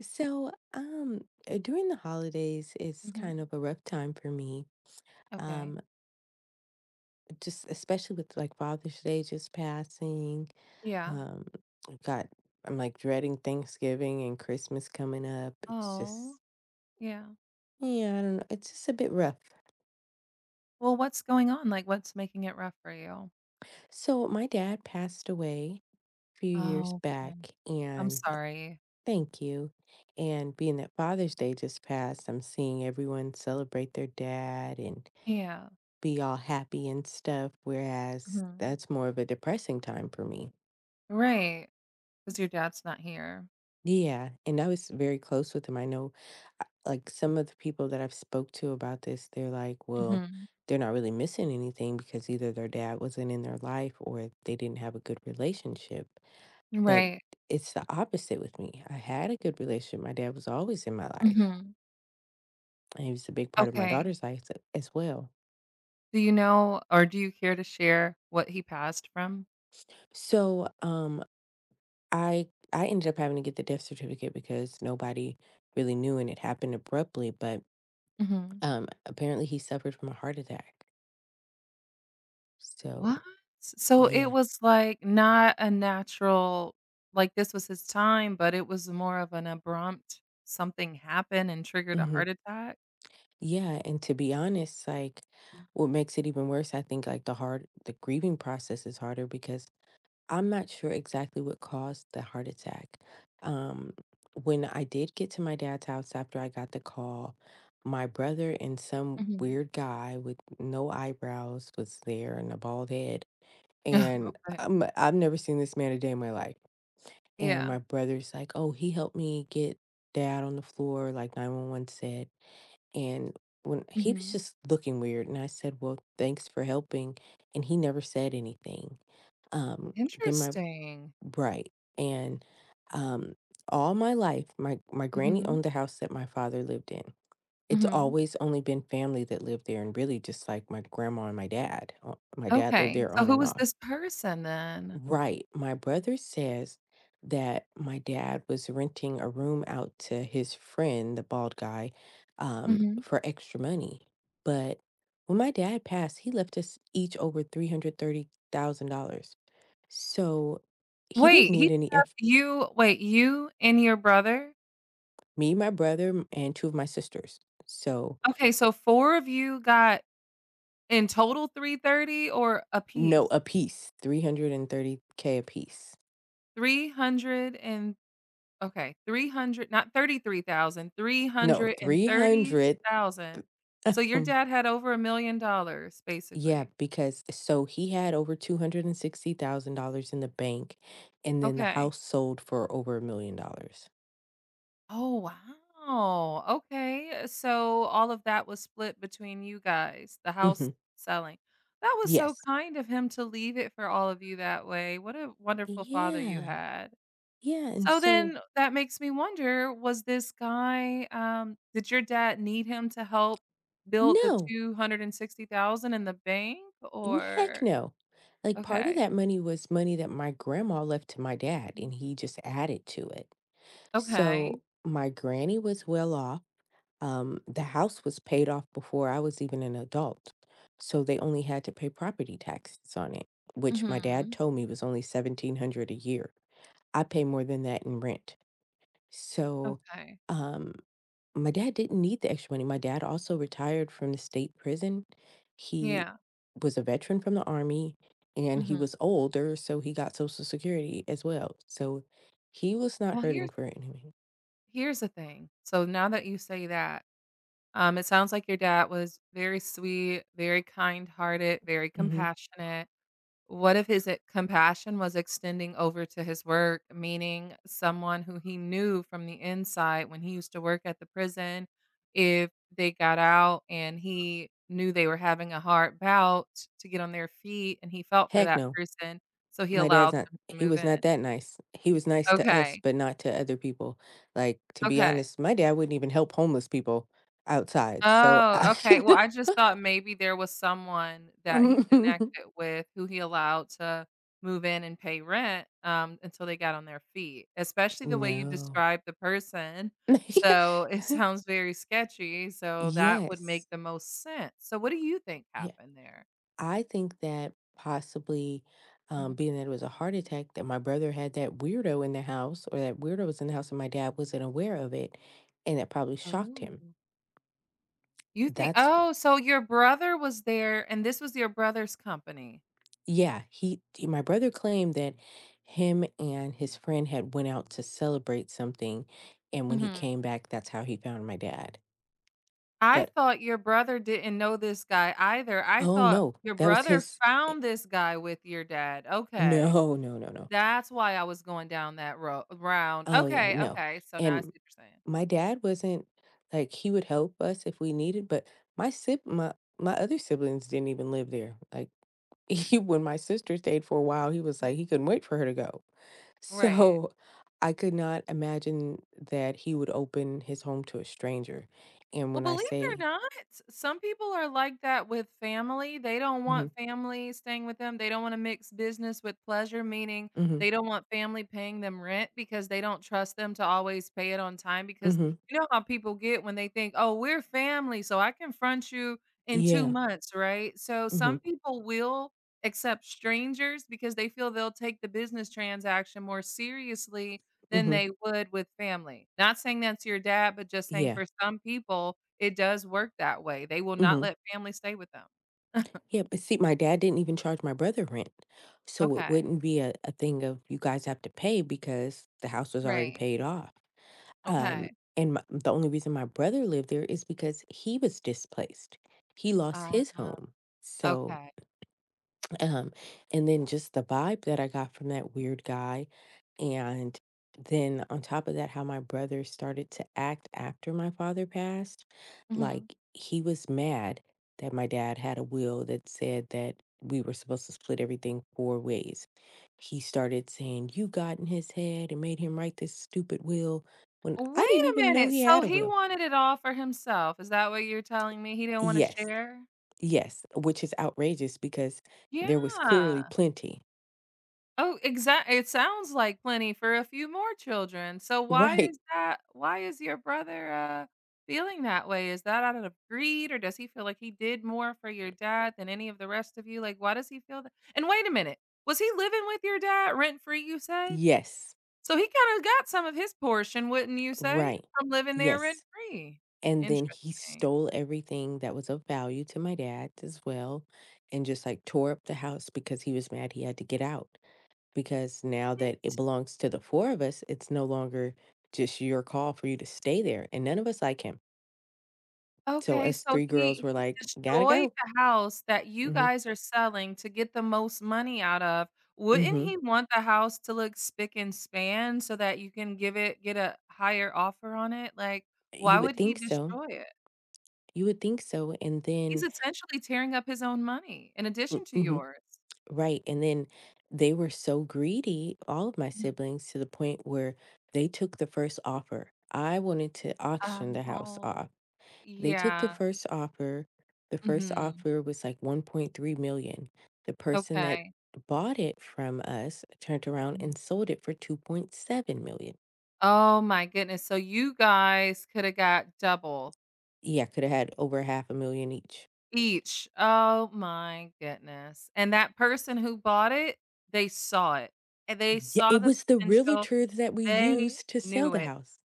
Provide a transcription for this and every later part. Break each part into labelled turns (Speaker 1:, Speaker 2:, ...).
Speaker 1: So, um, During the holidays, it's
Speaker 2: Hmm.
Speaker 1: kind of a rough time for me.
Speaker 2: Okay.
Speaker 1: Um, just especially with like Father's Day just passing.
Speaker 2: Yeah.
Speaker 1: Um, I've got I'm like dreading Thanksgiving and Christmas coming up. It's
Speaker 2: Oh,
Speaker 1: just
Speaker 2: yeah.
Speaker 1: Yeah, I don't know. It's just a bit rough.
Speaker 2: Well, what's going on? Like, what's making it rough for you?
Speaker 1: So my dad passed away a few years
Speaker 2: Oh,
Speaker 1: back,
Speaker 2: goodness. I'm
Speaker 1: and
Speaker 2: sorry.
Speaker 1: thank you. And being that Father's Day just passed, I'm seeing everyone celebrate their dad and
Speaker 2: Yeah.
Speaker 1: be all happy and stuff, whereas
Speaker 2: Hmm.
Speaker 1: that's more of a depressing time for me.
Speaker 2: Right. Because your dad's not here.
Speaker 1: Yeah, and I was very close with him. I know like some of the people that I've spoke to about this, they're like, well,
Speaker 2: Hmm.
Speaker 1: they're not really missing anything because either their dad wasn't in their life or they didn't have a good relationship. But
Speaker 2: Right.
Speaker 1: it's the opposite with me. I had a good relationship. My dad was always in my life.
Speaker 2: Hmm.
Speaker 1: And he was a big part of my
Speaker 2: Okay.
Speaker 1: daughter's life as well.
Speaker 2: Do you know or do you care to share what he passed from?
Speaker 1: So, I ended up having to get the death certificate because nobody really knew and it happened abruptly, but
Speaker 2: Hmm.
Speaker 1: apparently he suffered from a heart attack.
Speaker 2: What?
Speaker 1: So,
Speaker 2: So it
Speaker 1: yeah.
Speaker 2: was like not a natural, like this was his time, but it was more of an abrupt something happened and triggered a
Speaker 1: Hmm.
Speaker 2: heart attack.
Speaker 1: Yeah, and to be honest, like
Speaker 2: Mm,
Speaker 1: what makes it even worse, I think like the grieving process is harder because I'm not sure exactly what caused the heart attack. Um, when I did get to my dad's house after I got the call, my brother and some
Speaker 2: mhm.
Speaker 1: weird guy with no eyebrows was there and a bald head.
Speaker 2: Yeah,
Speaker 1: And
Speaker 2: okay.
Speaker 1: I've never seen this man a day in my life. And
Speaker 2: Yeah.
Speaker 1: my brother's like, oh, he helped me get dad on the floor, like 911 said. And when he was
Speaker 2: Mhm.
Speaker 1: just looking weird, and I said, well, thanks for helping. And he never said anything. Um, then my
Speaker 2: Interesting.
Speaker 1: Right, and, um, all my life, my granny
Speaker 2: Mhm,
Speaker 1: owned the house that my father lived in. It's
Speaker 2: mhm.
Speaker 1: always only been family that lived there and really just, like, my grandma and my dad. My dad lived
Speaker 2: Okay,
Speaker 1: there
Speaker 2: so
Speaker 1: on
Speaker 2: who
Speaker 1: and
Speaker 2: was
Speaker 1: off.
Speaker 2: this person then?
Speaker 1: Right, my brother says that my dad was renting a room out to his friend, the bald guy,
Speaker 2: Mhm.
Speaker 1: for extra money, but when my dad passed, he left us each over $330,000. So, he didn't
Speaker 2: Wait, he
Speaker 1: need any
Speaker 2: left
Speaker 1: extra
Speaker 2: you wait, you and your brother?
Speaker 1: me, my brother, and 2 of my sisters. So,
Speaker 2: Okay, so 4 of you got in total 330 or a
Speaker 1: no,
Speaker 2: piece
Speaker 1: a piece. 330 30K a piece.
Speaker 2: 300 and okay, 300, not 33,000 three
Speaker 1: No,
Speaker 2: hundred and thirty
Speaker 1: 300.
Speaker 2: thousand. So your dad had over $1,000,000
Speaker 1: Yeah,
Speaker 2: basically.
Speaker 1: because so he had over $260,000 in the bank, and then the
Speaker 2: Okay.
Speaker 1: house sold for over $1,000,000.
Speaker 2: Oh, wow. Okay. So all of that was split between you guys, the house
Speaker 1: Mhm.
Speaker 2: selling. That was so
Speaker 1: Yes.
Speaker 2: kind of him to leave it for all of you that way. What a wonderful father you
Speaker 1: Yeah.
Speaker 2: had.
Speaker 1: Yeah, and
Speaker 2: So
Speaker 1: so
Speaker 2: then that makes me wonder, was this guy did your dad need him to help build the
Speaker 1: No,
Speaker 2: 260,000 in the bank
Speaker 1: n heck
Speaker 2: or
Speaker 1: no. Like, part of
Speaker 2: okay.
Speaker 1: that money was money that my grandma left to my dad, and
Speaker 2: Mhm.
Speaker 1: he just added to it. So
Speaker 2: Okay.
Speaker 1: my granny was well off. The house was paid off before I was even an adult. So they only had to pay property taxes on it, which my dad
Speaker 2: Mhm.
Speaker 1: told me was only 1700 a year. I pay more than that in rent. So,
Speaker 2: Okay.
Speaker 1: um my dad didn't need the extra money. My dad also retired from the state prison. He
Speaker 2: Yeah.
Speaker 1: was a veteran from the army and he
Speaker 2: Mhm.
Speaker 1: was older, so he got Social Security as well. So he was not
Speaker 2: Well,
Speaker 1: hurting
Speaker 2: here's
Speaker 1: for anything.
Speaker 2: Here's the thing. So now that you say that, it sounds like your dad was very sweet, very kind-hearted, very
Speaker 1: Mm-hmm.
Speaker 2: compassionate. What if his e compassion was extending over to his work, meaning someone who he knew from the inside when he used to work at the prison, if they got out and he knew they were having a hard bout to get on their feet and he felt for
Speaker 1: Heck
Speaker 2: that
Speaker 1: no.
Speaker 2: person, so he
Speaker 1: My dad's
Speaker 2: allowed
Speaker 1: not
Speaker 2: them to
Speaker 1: he
Speaker 2: move
Speaker 1: was
Speaker 2: in.
Speaker 1: not that nice. He was nice to us,
Speaker 2: Okay,
Speaker 1: but not to other people. Like, to be
Speaker 2: okay.
Speaker 1: honest, my dad wouldn't even help homeless people outside. So I
Speaker 2: Oh, okay. Well, I just thought maybe there was someone that he
Speaker 1: um,
Speaker 2: connected with who he allowed to move in and pay rent, until they got on their feet, especially the way you
Speaker 1: no.
Speaker 2: described the person. So it sounds very sketchy. So that would
Speaker 1: Yes.
Speaker 2: make the most sense. So what do you think
Speaker 1: Yeah.
Speaker 2: happened there?
Speaker 1: I think that possibly,
Speaker 2: Mhm.
Speaker 1: being that it was a heart attack, that my brother had that weirdo in the house, or that weirdo was in the house and my dad wasn't aware of it, and that probably shocked
Speaker 2: Oh,
Speaker 1: him.
Speaker 2: you think?
Speaker 1: That's
Speaker 2: Oh, so your brother was there, and this was your brother's company.
Speaker 1: Yeah, my brother claimed that him and his friend had went out to celebrate something, and when he
Speaker 2: Mhm.
Speaker 1: came back, that's how he found my dad.
Speaker 2: I
Speaker 1: But
Speaker 2: thought your brother didn't know this guy either. I
Speaker 1: oh
Speaker 2: thought
Speaker 1: no,
Speaker 2: your
Speaker 1: that was
Speaker 2: brother
Speaker 1: his
Speaker 2: found this guy with your dad. Okay.
Speaker 1: no, no, no, no.
Speaker 2: That's why I was going down that road round.
Speaker 1: Oh yeah,
Speaker 2: Okay,
Speaker 1: no.
Speaker 2: okay. So now I see
Speaker 1: And
Speaker 2: what you're saying.
Speaker 1: my dad wasn't, like, he would help us if we needed, but my sib my my other siblings didn't even live there. Like he, when my sister stayed for a while, he was like he couldn't wait for her to go.
Speaker 2: Right.
Speaker 1: So I could not imagine that he would open his home to a stranger. And
Speaker 2: Well,
Speaker 1: when I
Speaker 2: believe it or
Speaker 1: say,
Speaker 2: not, some people are like that with family. They don't
Speaker 1: Hmm.
Speaker 2: want family staying with them. They don't want to mix business with pleasure, meaning
Speaker 1: Hmm.
Speaker 2: they don't want family paying them rent because they don't trust them to always pay it on time. Because
Speaker 1: Hmm.
Speaker 2: you know how people get when they think, oh, we're family, so I confront you in two
Speaker 1: Yeah.
Speaker 2: months, right? So
Speaker 1: Hmm.
Speaker 2: some people will accept strangers because they feel they'll take the business transaction more seriously than
Speaker 1: Hmm.
Speaker 2: they would with family. Not saying that's your dad, but just saying
Speaker 1: Yeah.
Speaker 2: for some people, it does work that way. They will not
Speaker 1: Hmm.
Speaker 2: let family stay with them.
Speaker 1: Yeah, but see, my dad didn't even charge my brother rent. So it
Speaker 2: Okay.
Speaker 1: wouldn't be a thing of you guys have to pay because the house was already
Speaker 2: Right.
Speaker 1: paid off. Um,
Speaker 2: Okay.
Speaker 1: and the only reason my brother lived there is because he was displaced. He lost his
Speaker 2: Uh,
Speaker 1: home. So.
Speaker 2: okay.
Speaker 1: Um, and then just the vibe that I got from that weird guy. And then on top of that, how my brother started to act after my father passed.
Speaker 2: Mhm.
Speaker 1: Like he was mad that my dad had a will that said that we were supposed to split everything four ways. He started saying, "You got in his head and made him write this stupid will," when I
Speaker 2: Wait
Speaker 1: didn't
Speaker 2: a
Speaker 1: even know
Speaker 2: minute.
Speaker 1: he
Speaker 2: So
Speaker 1: had a
Speaker 2: he
Speaker 1: will.
Speaker 2: wanted it all for himself. Is that what you're telling me? He didn't want to
Speaker 1: Yes,
Speaker 2: share?
Speaker 1: yes, which is outrageous because there was
Speaker 2: Yeah.
Speaker 1: clearly plenty.
Speaker 2: Oh, exactly. It sounds like plenty for a few more children. So why
Speaker 1: Right.
Speaker 2: is that, why is your brother, feeling that way? Is that out of greed, or does he feel like he did more for your dad than any of the rest of you? Like, why does he feel that? And wait a minute, was he living with your dad rent free, you said?
Speaker 1: Yes,
Speaker 2: So he kinda got some of his portion, wouldn't you say,
Speaker 1: right.
Speaker 2: from living there rent
Speaker 1: Yes.
Speaker 2: free?
Speaker 1: And then he
Speaker 2: Interesting.
Speaker 1: stole everything that was of value to my dad as well and just like tore up the house because he was mad he had to get out. Because now that it
Speaker 2: What?
Speaker 1: belongs to the four of us, it's no longer just your call for you to stay there. And none of us like him. So
Speaker 2: Okay,
Speaker 1: us
Speaker 2: so
Speaker 1: three girls
Speaker 2: he
Speaker 1: were
Speaker 2: he
Speaker 1: like, gotta
Speaker 2: destroyed
Speaker 1: go.
Speaker 2: the house that you
Speaker 1: Mm-hmm.
Speaker 2: guys are selling to get the most money out of. Wouldn't
Speaker 1: Mm-hmm.
Speaker 2: he want the house to look spick and span so that you can give it get a higher offer on it? Like,
Speaker 1: You
Speaker 2: why
Speaker 1: would
Speaker 2: would he
Speaker 1: think so.
Speaker 2: destroy it?
Speaker 1: You would think so.
Speaker 2: He's essentially tearing up his own money in
Speaker 1: Mm,
Speaker 2: addition to
Speaker 1: mm-hmm.
Speaker 2: yours.
Speaker 1: Right. And then they were so greedy, all of my
Speaker 2: Mhm.
Speaker 1: siblings, to the point where they took the first offer. I wanted to auction the house
Speaker 2: Oh,
Speaker 1: off. They took the
Speaker 2: yeah.
Speaker 1: first offer. The first
Speaker 2: Mhm.
Speaker 1: offer was like 1.3 million. The person that
Speaker 2: Okay.
Speaker 1: bought it from us turned around
Speaker 2: Mhm.
Speaker 1: and sold it for 2.7 million.
Speaker 2: Oh my goodness. So you guys coulda got double.
Speaker 1: Yeah, could have had over half a million each.
Speaker 2: Each. Oh my goodness. And that person who bought it, they saw it, and they
Speaker 1: Yeah,
Speaker 2: saw
Speaker 1: it
Speaker 2: the
Speaker 1: was the
Speaker 2: potential.
Speaker 1: realtor that we
Speaker 2: They
Speaker 1: used to sell
Speaker 2: knew
Speaker 1: the
Speaker 2: it.
Speaker 1: house.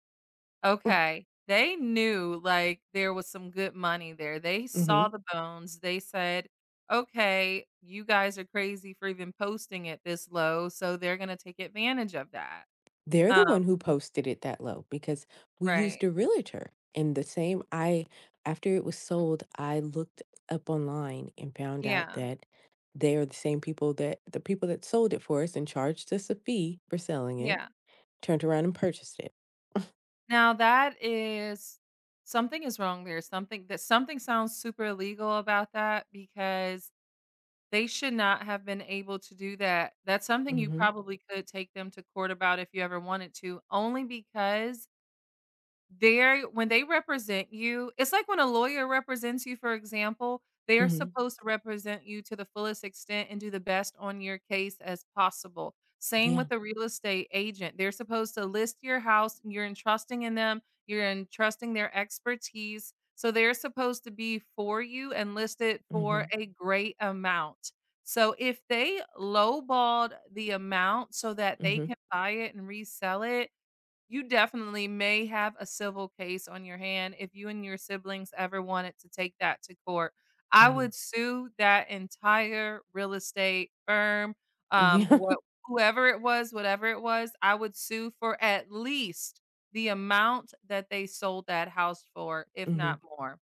Speaker 2: Okay. They knew, like, there was some good money there. They
Speaker 1: Hmm.
Speaker 2: saw the bones. They said, "Okay, you guys are crazy for even posting it this low, so they're gonna take advantage of that."
Speaker 1: They're the
Speaker 2: Um,
Speaker 1: one who posted it that low because we used
Speaker 2: right.
Speaker 1: a realtor, and the same I after it was sold, I looked up online and found out
Speaker 2: Yeah.
Speaker 1: that they are the same people that the people that sold it for us and charged us a fee for selling it,
Speaker 2: Yeah.
Speaker 1: turned around and purchased it.
Speaker 2: Now that is, something is wrong there. Something, that something sounds super illegal about that because they should not have been able to do that. That's something you
Speaker 1: Mhm.
Speaker 2: probably could take them to court about if you ever wanted to, only because they're, when they represent you, it's like when a lawyer represents you, for example, they are
Speaker 1: Mhm.
Speaker 2: supposed to represent you to the fullest extent and do the best on your case as possible. Same with
Speaker 1: Yeah.
Speaker 2: a real estate agent. They're supposed to list your house, you're entrusting in them, you're entrusting their expertise. So they're supposed to be for you and listed for
Speaker 1: Mhm.
Speaker 2: a great amount. So if they lowballed the amount so that they
Speaker 1: Mhm.
Speaker 2: can buy it and resell it, you definitely may have a civil case on your hand if you and your siblings ever wanted to take that to court. I
Speaker 1: Mhm.
Speaker 2: would sue that entire real estate firm,
Speaker 1: Yeah.
Speaker 2: what whoever it was, whatever it was, I would sue for at least the amount that they sold that house for, if
Speaker 1: Mhm.
Speaker 2: not more.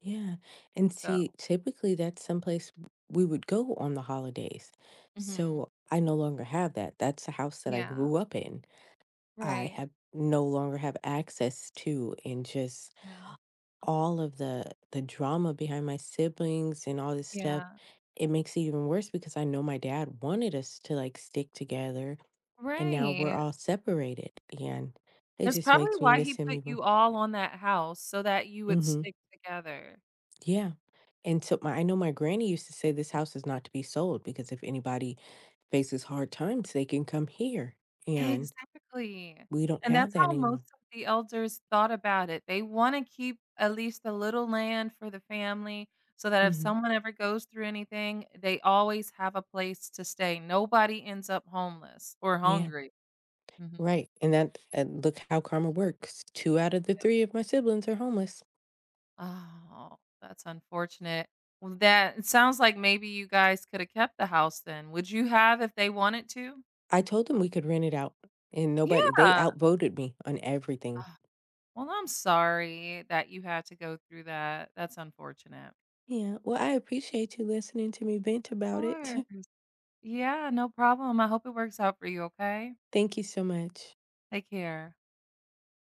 Speaker 1: Yeah. And
Speaker 2: So,
Speaker 1: see, typically that's someplace we would go on the holidays.
Speaker 2: mhm.
Speaker 1: So I no longer have that. That's the house that I
Speaker 2: Yeah,
Speaker 1: grew up in. I
Speaker 2: right.
Speaker 1: have no longer have access to, and just
Speaker 2: Mhm.
Speaker 1: all of the drama behind my siblings and all this stuff,
Speaker 2: Yeah,
Speaker 1: it makes it even worse because I know my dad wanted us to like stick together and now we're
Speaker 2: right.
Speaker 1: all separated and it
Speaker 2: That's
Speaker 1: just
Speaker 2: probably
Speaker 1: makes me
Speaker 2: why
Speaker 1: miss
Speaker 2: he
Speaker 1: him
Speaker 2: put
Speaker 1: even.
Speaker 2: you all on that house so that you would
Speaker 1: Mhm.
Speaker 2: stick together.
Speaker 1: Yeah. And so my I know my granny used to say this house is not to be sold because if anybody faces hard times they can come here, and
Speaker 2: Exactly,
Speaker 1: we don't
Speaker 2: and
Speaker 1: have
Speaker 2: that's
Speaker 1: that
Speaker 2: how
Speaker 1: anymore.
Speaker 2: most of the elders thought about it. They wanna keep at least a little land for the family so that if
Speaker 1: Mhm.
Speaker 2: someone ever goes through anything, they always have a place to stay. Nobody ends up homeless or
Speaker 1: Yeah.
Speaker 2: hungry. Mhm.
Speaker 1: Right, and look how karma works. 2 out of the 3 of my siblings are homeless.
Speaker 2: Oh, that's unfortunate. Well, that, it sounds like maybe you guys coulda kept the house then. Would you have if they wanted to?
Speaker 1: I told them we could rent it out, and
Speaker 2: Yeah.
Speaker 1: nobody they
Speaker 2: Ah,
Speaker 1: outvoted me on everything.
Speaker 2: well, I'm sorry that you had to go through that. That's unfortunate.
Speaker 1: Yeah, well, I appreciate you listening to me vent
Speaker 2: Of
Speaker 1: about it.
Speaker 2: course. Yeah, no problem. I hope it works out for you, okay?
Speaker 1: Thank you so much.
Speaker 2: Take care.